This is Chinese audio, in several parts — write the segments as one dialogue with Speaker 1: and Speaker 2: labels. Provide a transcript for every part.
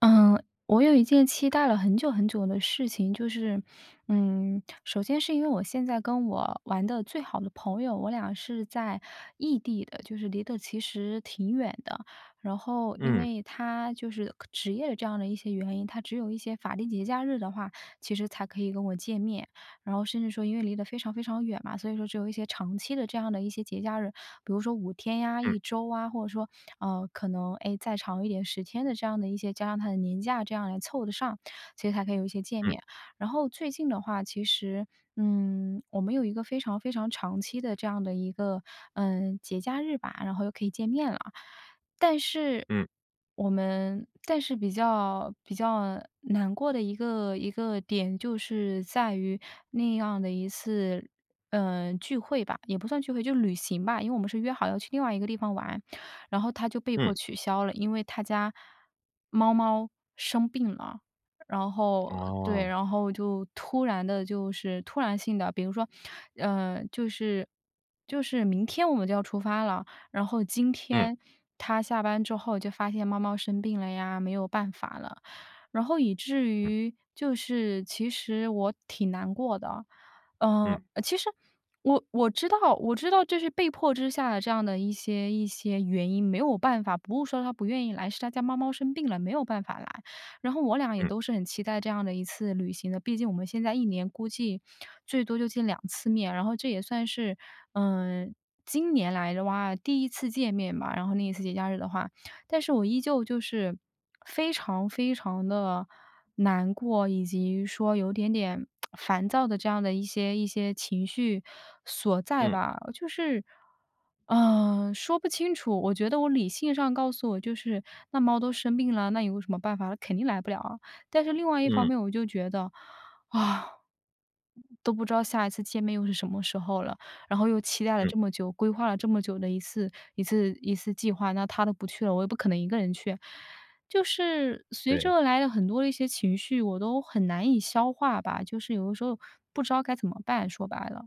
Speaker 1: 嗯，我有一件期待了很久的事情，就是，首先是因为我现在跟我玩的最好的朋友，我俩是在异地的，就是离得其实挺远的。然后因
Speaker 2: 嗯
Speaker 1: 为他就是职业的这样的一些原因，他只有一些法定节假日的话，其实才可以跟我见面。然后甚至说因为离得非常非常远嘛，所以说只有一些长期的这样的一些节假日，比如说五天呀、
Speaker 2: 嗯
Speaker 1: 一周啊，或者说，可能，哎，再长一点十天的这样的一些加上他的年假这样来凑得上，其实才可以有一些见
Speaker 2: 嗯
Speaker 1: 面。然后最近的话，其实，我们有一个非常非常长期的这样的一个，节假日吧，然后又可以见面了。但是
Speaker 2: 嗯
Speaker 1: 我们但是比较难过的一个点，就是在于那样的一次，聚会吧，也不算聚会，就旅行吧，因为我们是约好要去另外一个地方玩，然后他就被迫
Speaker 2: 嗯，
Speaker 1: 取消了，因为他家猫猫生病了。然
Speaker 2: 嗯
Speaker 1: 后对，
Speaker 2: 哦，
Speaker 1: 然后就突然的，就是突然性的，比如说，呃，就是就是明天我们就要出发了，然后今
Speaker 2: 嗯
Speaker 1: 天他下班之后就发现猫猫生病了呀，没有办法了，然后以至
Speaker 2: 嗯
Speaker 1: 于就是其实我挺难过的。
Speaker 2: 嗯
Speaker 1: 其实我知道，我知道这是被迫之下的这样的一些原因，没有办法，不是说他不愿意来，是他家猫猫生病了，没有办法来。然后我俩也
Speaker 2: 嗯
Speaker 1: 都是很期待这样的一次旅行的，毕竟我们现在一年估计最多就见两次面，然后这也算是，嗯，今年来的话第一次见面吧，然后那一次节假日的话，但是我依旧就是非常非常的难过，以及说有点点烦躁的这样的一些情绪所在
Speaker 2: 嗯
Speaker 1: 吧。就是，说不清楚，我觉得我理性上告诉我就是那猫都生病了，那有什么办法？肯定来不了啊。但是另外一方
Speaker 2: 嗯
Speaker 1: 面我就觉得，啊，都不知道下一次见面又是什么时候了，然后又期待了
Speaker 2: 嗯，
Speaker 1: 这么久，规划了这么久的一次计划，那他都不去了，我也不可能一个人去。就是随之
Speaker 2: 对。
Speaker 1: 而来的很多的一些情绪，我都很难以消化吧，就是有的时候不知道该怎么办，说白了。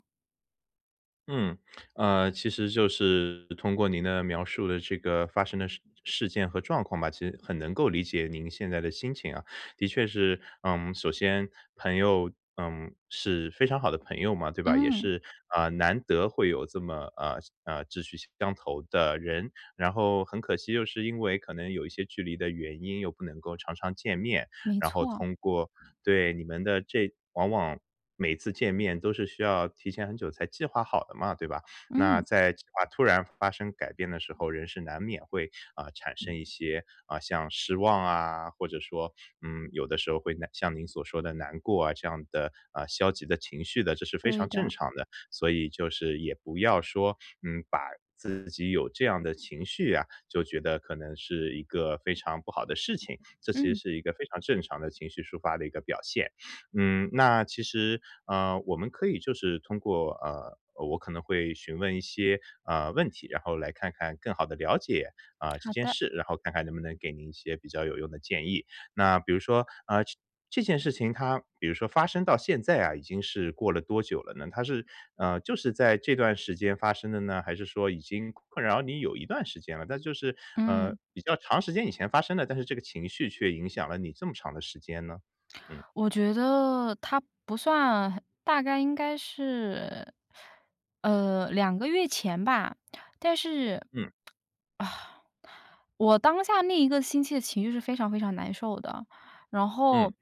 Speaker 2: 嗯，其实就是通过您的描述的这个发生的事件和状况吧，其实很能够理解您现在的心情啊。的确是，首先朋友，是非常好的朋友嘛，对吧？也
Speaker 1: 嗯，
Speaker 2: 是，啊，难得会有这么，志趣相投的人，然后很可惜，就是因为可能有一些距离的原因，又不能够常常见面，
Speaker 1: 没
Speaker 2: 然后
Speaker 1: 错，
Speaker 2: 通过对，你们的这往往每次见面都是需要提前很久才计划好的嘛，对吧？那
Speaker 1: 嗯，
Speaker 2: 在计划突然发生改变的时候，人是难免会产生一些像失望啊，或者说有的时候会难像您所说的难过啊这样的消极的情绪的，这是非
Speaker 1: 对
Speaker 2: 常正
Speaker 1: 的，
Speaker 2: 常的。所以就是也不要说，把自己有这样的情绪啊，就觉得可能是一个非常不好的事情，这其实
Speaker 1: 嗯，
Speaker 2: 是一个非常正常的情绪抒发的一个表现。那其实，我们可以就是通过，我可能会询问一些，问题，然后来看看更好的了解，啊，这
Speaker 1: 好
Speaker 2: 件
Speaker 1: 的。
Speaker 2: 事，然后看看能不能给您一些比较有用的建议。那比如说，这件事情它比如说发生到现在啊，已经是过了多久了呢？它是，就是在这段时间发生的呢，还是说已经困扰你有一段时间了，但就是，
Speaker 1: 嗯，
Speaker 2: 比较长时间以前发生的，但是这个情绪却影响了你这么长的时间呢？嗯，
Speaker 1: 我觉得他不算很，大概应该是，两个月前吧，但是
Speaker 2: 嗯，
Speaker 1: 我当下那一个星期的情绪是非常非常难受的，然后
Speaker 2: 嗯，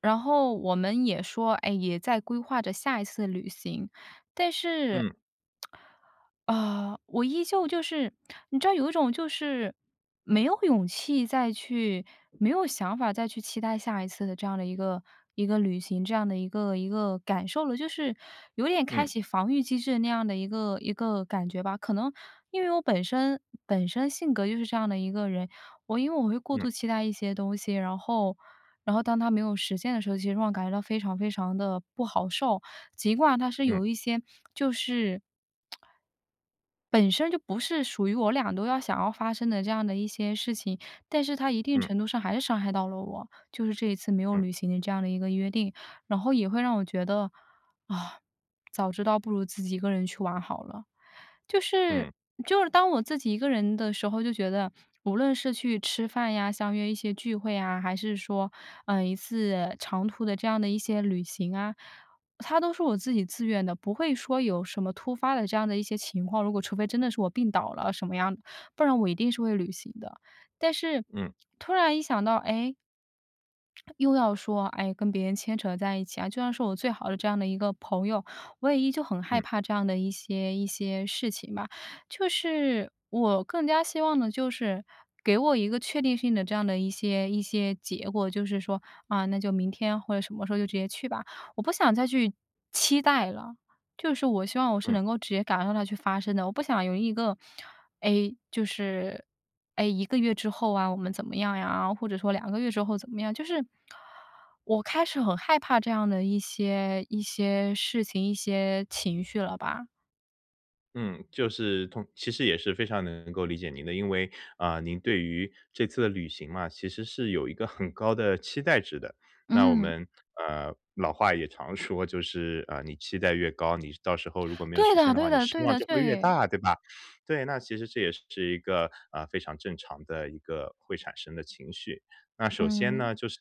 Speaker 1: 然后我们也说，哎，也在规划着下一次的旅行，但是
Speaker 2: 嗯，
Speaker 1: 啊，我依旧就是你知道有一种就是没有勇气再去，没有想法再去期待下一次的这样的一个旅行，这样的一个感受了，就是有点开
Speaker 2: 嗯，
Speaker 1: 启防御机制那样的一个感觉吧。可能因为我本身性格就是这样的一个人，因为我会过度期待一些东西，然后当他没有实现的时候，其实让我感觉到非常非常的不好受。尽管他是
Speaker 2: 嗯，
Speaker 1: 有一些就是本身就不是属于我俩都要想要发生的这样的一些事情，但是它一定
Speaker 2: 嗯，
Speaker 1: 程度上还是伤害到了我，就是这一次没有
Speaker 2: 嗯，嗯，
Speaker 1: 履行的这样的一个约定，然后也会让我觉得，啊，早知道不如自己一个人去玩好了。就
Speaker 2: 嗯，
Speaker 1: 是
Speaker 2: 嗯，
Speaker 1: 就是当我自己一个人的时候，就觉得无论是去吃饭呀、相约一些聚会啊，还是说，一次长途的这样的一些旅行啊，他都是我自己自愿的，不会说有什么突发的这样的一些情况，如果除非真的是我病倒了什么样的，不然我一定是会履行的。但是
Speaker 2: 嗯，嗯
Speaker 1: 突然一想到，哎。又要说，哎，跟别人牵扯在一起啊，就算是我最好的这样的一个朋友，我也依旧很
Speaker 2: 嗯。
Speaker 1: 害怕这样的一些事情吧。就是我更加希望的就是给我一个确定性的这样的一些结果，就是说啊，那就明天或者什么时候就直接去吧，我不想再去期待了。就是我希望我是能够直接感受到它去发生的，我不想有一个，哎，就是哎一个月之后啊，我们怎么样呀？或者说两个月之后怎么样？就是我开始很害怕这样的一些事情、一些情绪了吧。
Speaker 2: 嗯，就是同其实也是非常能够理解您的，因为，啊，您对于这次的旅行嘛，其实是有一个很高的期待值的。那我
Speaker 1: 嗯，
Speaker 2: 们，老话也常说，就是，啊，你期待越高，你到时候如果没有
Speaker 1: 对
Speaker 2: 实现
Speaker 1: 的
Speaker 2: 的
Speaker 1: 对
Speaker 2: 话，你
Speaker 1: 的
Speaker 2: 失
Speaker 1: 对
Speaker 2: 望
Speaker 1: 的，
Speaker 2: 就会越
Speaker 1: 对，
Speaker 2: 大，对吧？对，那其实这也是一个，啊，非常正常的一个会产生的情绪。那首先
Speaker 1: 嗯，
Speaker 2: 呢，就是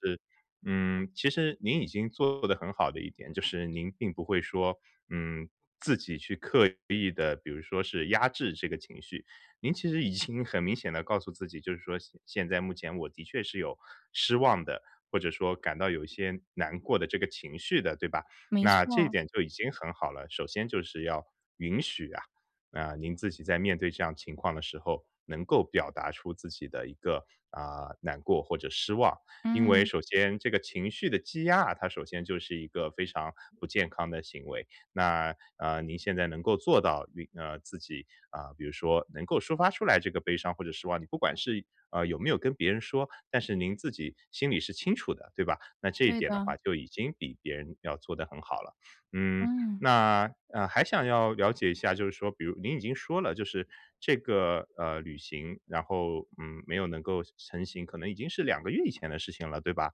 Speaker 2: 其实您已经做得很好的一点，就是您并不会说，嗯，自己去刻意的，比如说是压制这个情绪。您其实已经很明显的告诉自己，就是说现在目前我的确是有失望的，或者说感到有一些难过的这个情绪的，对吧？
Speaker 1: 没
Speaker 2: 那这一
Speaker 1: 错，
Speaker 2: 点就已经很好了。首先就是要允许啊，啊，您自己在面对这样情况的时候，能够表达出自己的一个，啊，难过或者失望。因为
Speaker 1: 嗯，
Speaker 2: 首先这个情绪的积压，它首先就是一个非常不健康的行为。那您现在能够做到自己啊、比如说能够抒发出来这个悲伤或者失望，你不管是有没有跟别人说，但是您自己心里是清楚的，对吧？那这一
Speaker 1: 对
Speaker 2: 点的
Speaker 1: 的，
Speaker 2: 话，就已经比别人要做得很好了。嗯，
Speaker 1: 嗯，
Speaker 2: 那，还想要了解一下，就是说，比如您已经说了，就是这个，旅行，然后，没有能够成行，可能已经是2个月以前的事情了，对吧？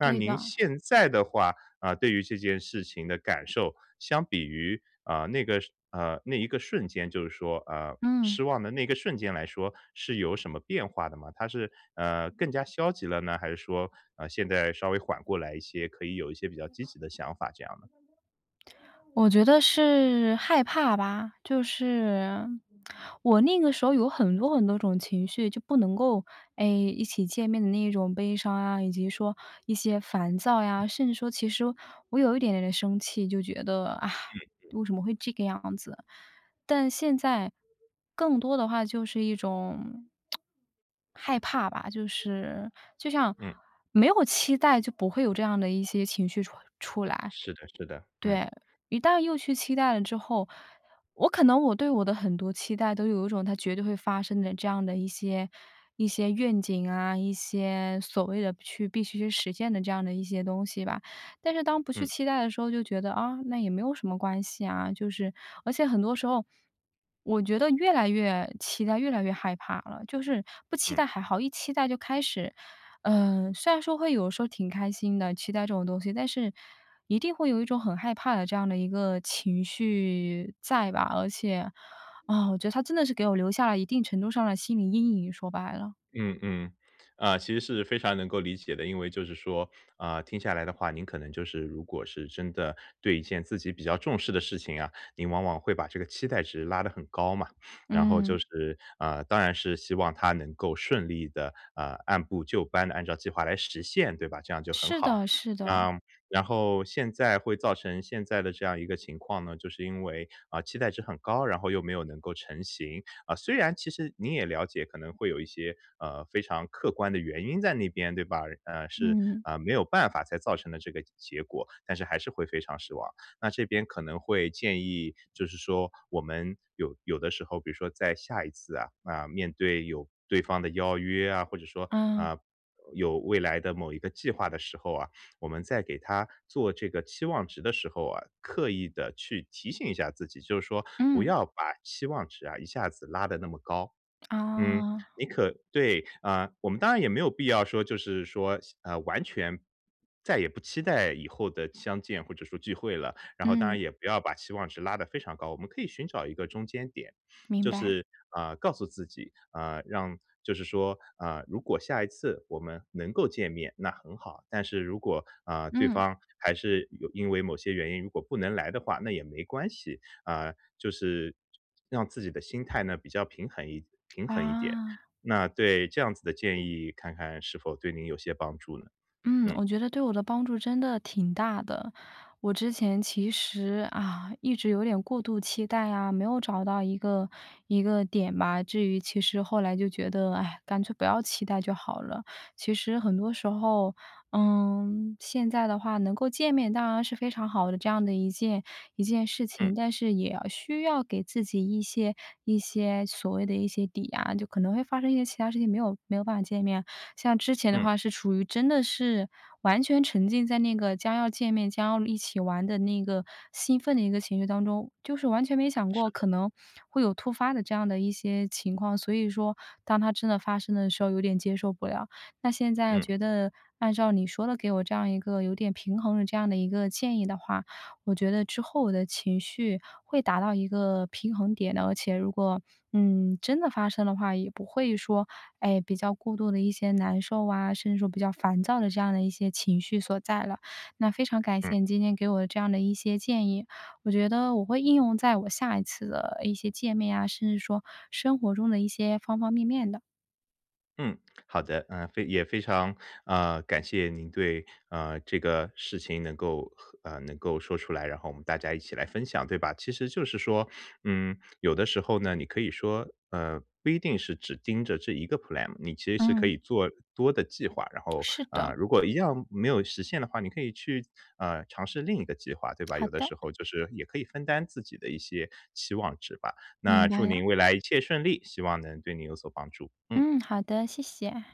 Speaker 2: 那
Speaker 1: 对
Speaker 2: 您
Speaker 1: 的，
Speaker 2: 现在的话，啊，对于这件事情的感受，相比于，啊，那个那一个瞬间，就是说，
Speaker 1: 嗯。
Speaker 2: 失望的那个瞬间来说，是有什么变化的吗？它是，更加消极了呢？还是说，现在稍微缓过来一些，可以有一些比较积极的想法这样呢？
Speaker 1: 我觉得是害怕吧，就是我那个时候有很多种情绪，就不能够，哎，一起见面的那一种悲伤啊，以及说一些烦躁呀，甚至说其实我有一点点的生气，就觉得啊，为什么会这个样子？但现在更多的话就是一种害怕吧，就是就像
Speaker 2: 嗯
Speaker 1: 没有期待，就不会有这样的一些情绪出来。
Speaker 2: 是的是的，嗯
Speaker 1: 对，一旦又去期待了之后，我可能对我的很多期待都有一种它绝对会发生的这样的一些愿景啊，一些所谓的去必须去实现的这样的一些东西吧。但是当不去
Speaker 2: 嗯
Speaker 1: 期待的时候，就觉得啊，那也没有什么关系啊，就是而且很多时候。我觉得越来越期待，越来越害怕了。就是不期
Speaker 2: 嗯
Speaker 1: 待还好，一期待就开始，虽然说会有时候挺开心的，期待这种东西，但是一定会有一种很害怕的这样的一个情绪在吧，而且，啊，我觉得他真的是给我留下了一定程度上的心理阴影，说白了。
Speaker 2: 嗯嗯，啊，其实是非常能够理解的。因为就是说，啊，听下来的话，您可能就是如果是真的对一件自己比较重视的事情啊，您往往会把这个期待值拉得很高嘛。然后就
Speaker 1: 嗯，
Speaker 2: 是，啊，当然是希望它能够顺利的，啊，按部就班的按照计划来实现，对吧？这样就很
Speaker 1: 是
Speaker 2: 好。
Speaker 1: 的是的，
Speaker 2: 嗯，然后现在会造成现在的这样一个情况呢，就是因为，啊，期待值很高，然后又没有能够成型，啊，虽然其实你也了解，可能会有一些非常客观的原因在那边，对吧？是
Speaker 1: 嗯，
Speaker 2: 啊、没有办法才造成的这个结果，但是还是会非常失望。那这边可能会建议，就是说我们有的时候，比如说在下一次啊、面对有对方的邀约啊，或者说
Speaker 1: 啊，
Speaker 2: 啊、有未来的某一个计划的时候啊，我们在给他做这个期望值的时候啊，刻意的去提醒一下自己，就是说不
Speaker 1: 嗯，
Speaker 2: 要把期望值啊，一下子拉得那么高。嗯，
Speaker 1: 啊。
Speaker 2: 你可对，啊，我们当然也没有必要说就是说，完全再也不期待以后的相见或者说聚会了，然后当
Speaker 1: 嗯，
Speaker 2: 然也不要把期望值拉得非常高，我们可以寻找一个中间点。
Speaker 1: 明
Speaker 2: 就
Speaker 1: 白，
Speaker 2: 是，啊，告诉自己，啊，让就是说，啊，如果下一次我们能够见面，那很好，但是如果，啊，对
Speaker 1: 嗯。
Speaker 2: 方还是有因为某些原因如果不能来的话，那也没关系。啊，就是让自己的心态呢比较平衡一点。
Speaker 1: 啊。
Speaker 2: 那对这样子的建议，看看是否对您有些帮助呢？
Speaker 1: 嗯，
Speaker 2: 嗯
Speaker 1: 我觉得对我的帮助真的挺大的。我之前其实啊，一直有点过度期待啊，没有找到一个点吧。至于其实后来就觉得，哎，干脆不要期待就好了。其实很多时候，嗯，现在的话能够见面，当然是非常好的这样的一件事
Speaker 2: 嗯
Speaker 1: 情，但是也要需要给自己一些所谓的一些底啊，就可能会发生一些其他事情没有办法见面，像之前的
Speaker 2: 嗯
Speaker 1: 话是处于真的是完全沉浸在那个将要见面、将要一起玩的那个兴奋的一个情绪当中，就是完全没想过可能会有突发的这样的一些情况，所以说当它真的发生的时候有点接受不了。那现在
Speaker 2: 嗯
Speaker 1: 觉得按照你说的给我这样一个有点平衡的这样的一个建议的话，我觉得之后我的情绪会达到一个平衡点的，而且如果，嗯，真的发生的话，也不会说，哎，比较过度的一些难受啊，甚至说比较烦躁的这样的一些情绪所在了。那非常感
Speaker 2: 嗯。
Speaker 1: 谢你今天给我这样的一些建议，我觉得我会应用在我下一次的一些见面啊，甚至说生活中的一些方方面面的。
Speaker 2: 嗯，好的，非常感谢您对这个事情能够说出来，然后我们大家一起来分享，对吧？其实就是说，有的时候呢，你可以说不一定是只盯着这一个 plan，你其实是可
Speaker 1: 嗯，
Speaker 2: 以做多的计划，然后
Speaker 1: 是的，
Speaker 2: 啊，如果一样没有实现的话，你可以去尝试另一个计划，对吧？
Speaker 1: 好
Speaker 2: 有的
Speaker 1: 的，
Speaker 2: 时候就是也可以分担自己的一些期望值吧。
Speaker 1: 明
Speaker 2: 那
Speaker 1: 白
Speaker 2: 祝
Speaker 1: 了。
Speaker 2: 您未来一切顺利，希望能对您有所帮助。嗯。
Speaker 1: 嗯，好的，谢谢。